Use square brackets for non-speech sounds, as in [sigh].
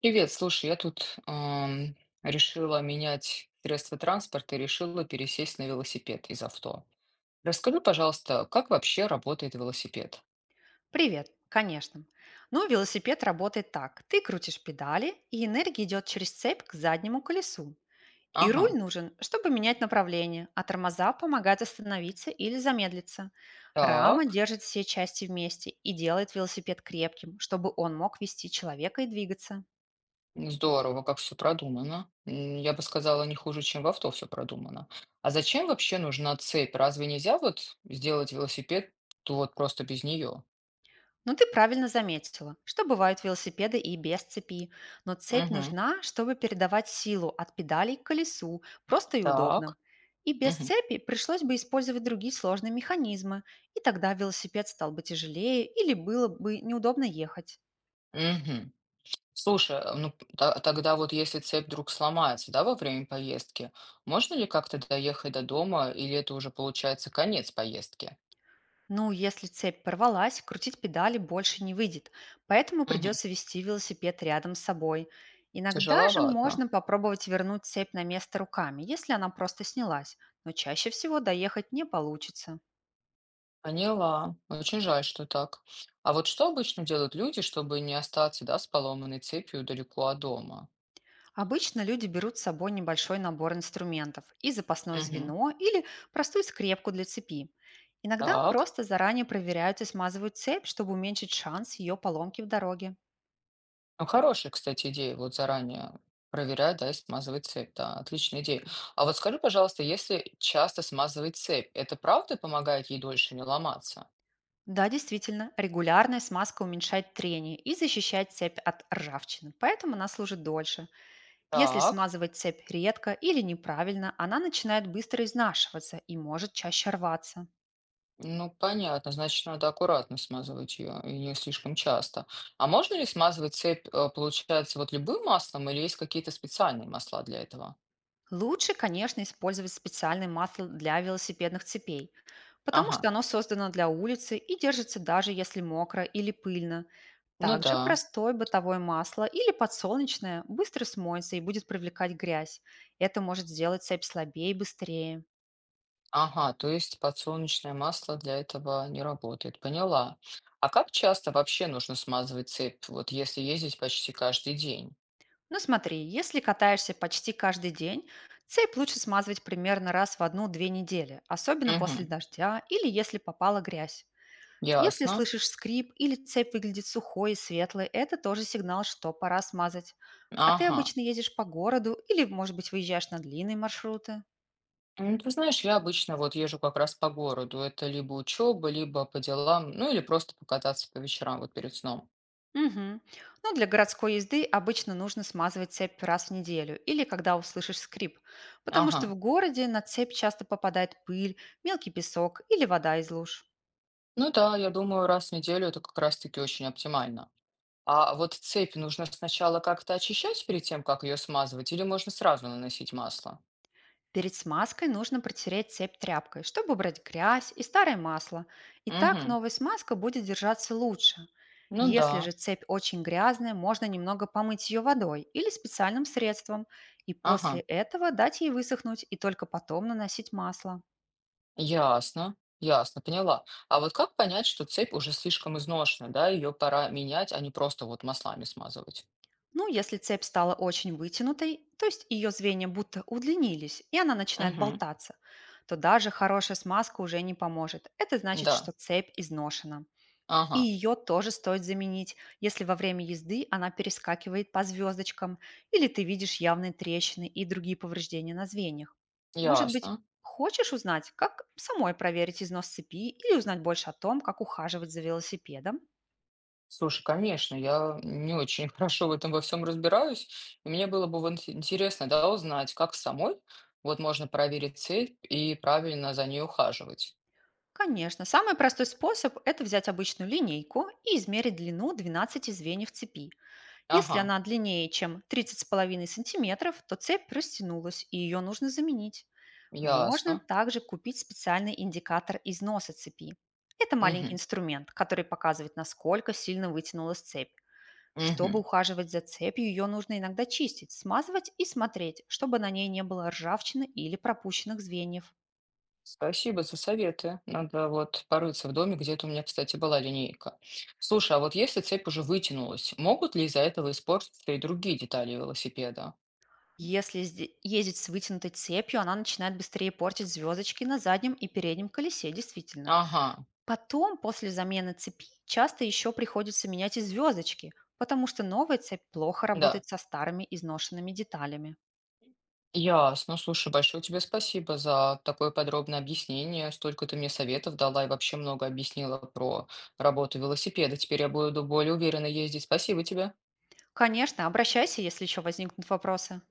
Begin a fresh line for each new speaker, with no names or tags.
Привет, слушай, я тут решила менять средства транспорта и решила пересесть на велосипед из авто. Расскажи, пожалуйста, как вообще работает велосипед?
Привет, конечно. Ну, велосипед работает так. Ты крутишь педали, и энергия идет через цепь к заднему колесу. И
Ага,
руль нужен, чтобы менять направление, а тормоза помогают остановиться или замедлиться. Рама
так,
держит все части вместе и делает велосипед крепким, чтобы он мог вести человека и двигаться.
здорово, как все продумано. Я бы сказала, не хуже, чем в авто все продумано. А зачем вообще нужна цепь? Разве нельзя вот сделать велосипед то вот просто без нее?
Ну, ты правильно заметила, что бывают велосипеды и без цепи, но цепь
Угу,
нужна, чтобы передавать силу от педалей к колесу, просто и удобно.
так,
И без цепи пришлось бы использовать другие сложные механизмы, и тогда велосипед стал бы тяжелее или было бы неудобно ехать.
угу. Слушай, а, ну п- тогда вот если цепь вдруг сломается, да, во время поездки, можно ли как-то доехать до дома, или это уже получается конец поездки?
Ну, если цепь порвалась, крутить педали больше не выйдет, поэтому
Мгм.
придется вести велосипед рядом с собой. Иногда же
Тяжеловато.
можно попробовать вернуть цепь на место руками, если она просто снялась, но чаще всего доехать не получится.
Поняла. Очень жаль, что так. А вот что обычно делают люди, чтобы не остаться, да, с поломанной цепью далеко от дома?
Обычно люди берут с собой небольшой набор инструментов и запасное
Мгм.
звено или простую скрепку для цепи. Иногда
Так.
просто заранее проверяют и смазывают цепь, чтобы уменьшить шанс ее поломки в дороге.
Ну, хорошая, кстати, идея, вот заранее проверять, да, и смазывать цепь, да, отличная идея. А вот скажи, пожалуйста, если часто смазывать цепь, это правда помогает ей дольше не ломаться?
Да, действительно, регулярная смазка уменьшает трение и защищает цепь от ржавчины, поэтому она служит дольше. Если
Так,
смазывать цепь редко или неправильно, она начинает быстро изнашиваться и может чаще рваться.
ну понятно, значит, надо аккуратно смазывать ее и не слишком часто. А можно ли смазывать цепь, получается, вот любым маслом или есть какие-то специальные масла для этого?
Лучше, конечно, использовать специальное масло для велосипедных цепей, потому что
Ага,
оно создано для улицы и держится, даже если мокро или пыльно.
ну
Также
да,
простое бытовое масло или подсолнечное быстро смоется и будет привлекать грязь. Это может сделать цепь слабее и быстрее.
ага, то есть подсолнечное масло для этого не работает, поняла. А как часто вообще нужно смазывать цепь, вот если ездить почти каждый день?
Ну смотри, если катаешься почти каждый день, цепь лучше смазывать примерно раз в одну-две недели, особенно после
Угу,
дождя или если попала грязь. Если
ясно,
слышишь скрип или цепь выглядит сухой и светлой, это тоже сигнал, что пора смазать. А ты
ага.
обычно ездишь по городу или, может быть, выезжаешь на длинные маршруты?
Ну, ты знаешь, я обычно вот езжу как раз по городу. Это либо учеба, либо по делам, ну или просто покататься по вечерам вот перед сном.
Мгм. Ну, для городской езды обычно нужно смазывать цепь раз в неделю или когда услышишь скрип, потому что в
Ага.
городе на цепь часто попадает пыль, мелкий песок или вода из луж.
Ну да, я думаю, раз в неделю это как раз-таки очень оптимально. А вот цепь нужно сначала как-то очищать перед тем, как ее смазывать, или можно сразу наносить масло?
Перед смазкой нужно протереть цепь тряпкой, чтобы убрать грязь и старое масло. И так
Угу.
новая смазка будет держаться лучше.
Ну да.
Если же цепь очень грязная, можно немного помыть ее водой или специальным средством, и после
Ага.
этого дать ей высохнуть и только потом наносить масло.
Ясно. Ясно, поняла. А вот как понять, что цепь уже слишком изношена, да, ее пора менять, а не просто вот маслами смазывать?
Ну, если цепь стала очень вытянутой, то есть ее звенья будто удлинились, и она начинает
Угу.
болтаться, то даже хорошая смазка уже не поможет. Это значит,
Да.
что цепь изношена. И
Ага.
ее тоже стоит заменить, если во время езды она перескакивает по звездочкам или ты видишь явные трещины и другие повреждения на звеньях. Может быть,
Ясно.
хочешь узнать, как самой проверить износ цепи или узнать больше о том, как ухаживать за велосипедом?
Слушай, конечно, я не очень [laughs] хорошо в этом во всем разбираюсь. И мне было бы вот интересно, да, узнать, как самой вот можно проверить цепь и правильно за ней ухаживать.
Конечно, самый простой способ – это взять обычную линейку и измерить длину 12 звеньев цепи. Если
Ага,
она длиннее, чем 30,5 сантиметров, то цепь растянулась, и ее нужно заменить. Можно
ясно.
также купить специальный индикатор износа цепи. Это маленький
Мгм,
инструмент, который показывает, насколько сильно вытянулась цепь. Чтобы
мгм.
ухаживать за цепью, ее нужно иногда чистить, смазывать и смотреть, чтобы на ней не было ржавчины или пропущенных звеньев.
Спасибо за советы. Надо вот порыться в доме, где-то у меня, кстати, была линейка. Слушай, а вот если цепь уже вытянулась, могут ли из-за этого испортиться и другие детали велосипеда?
Если сде- Ездить с вытянутой цепью, она начинает быстрее портить звездочки на заднем и переднем колесе, действительно.
Ага,
Потом, после замены цепи, часто еще приходится менять и звездочки, потому что новая цепь плохо
да.
работает со старыми изношенными деталями.
Ясно. Слушай, большое тебе спасибо за такое подробное объяснение. Столько ты мне советов дала и вообще много объяснила про работу велосипеда. Теперь я буду более уверенно ездить. Спасибо тебе.
Конечно, обращайся, если еще возникнут вопросы.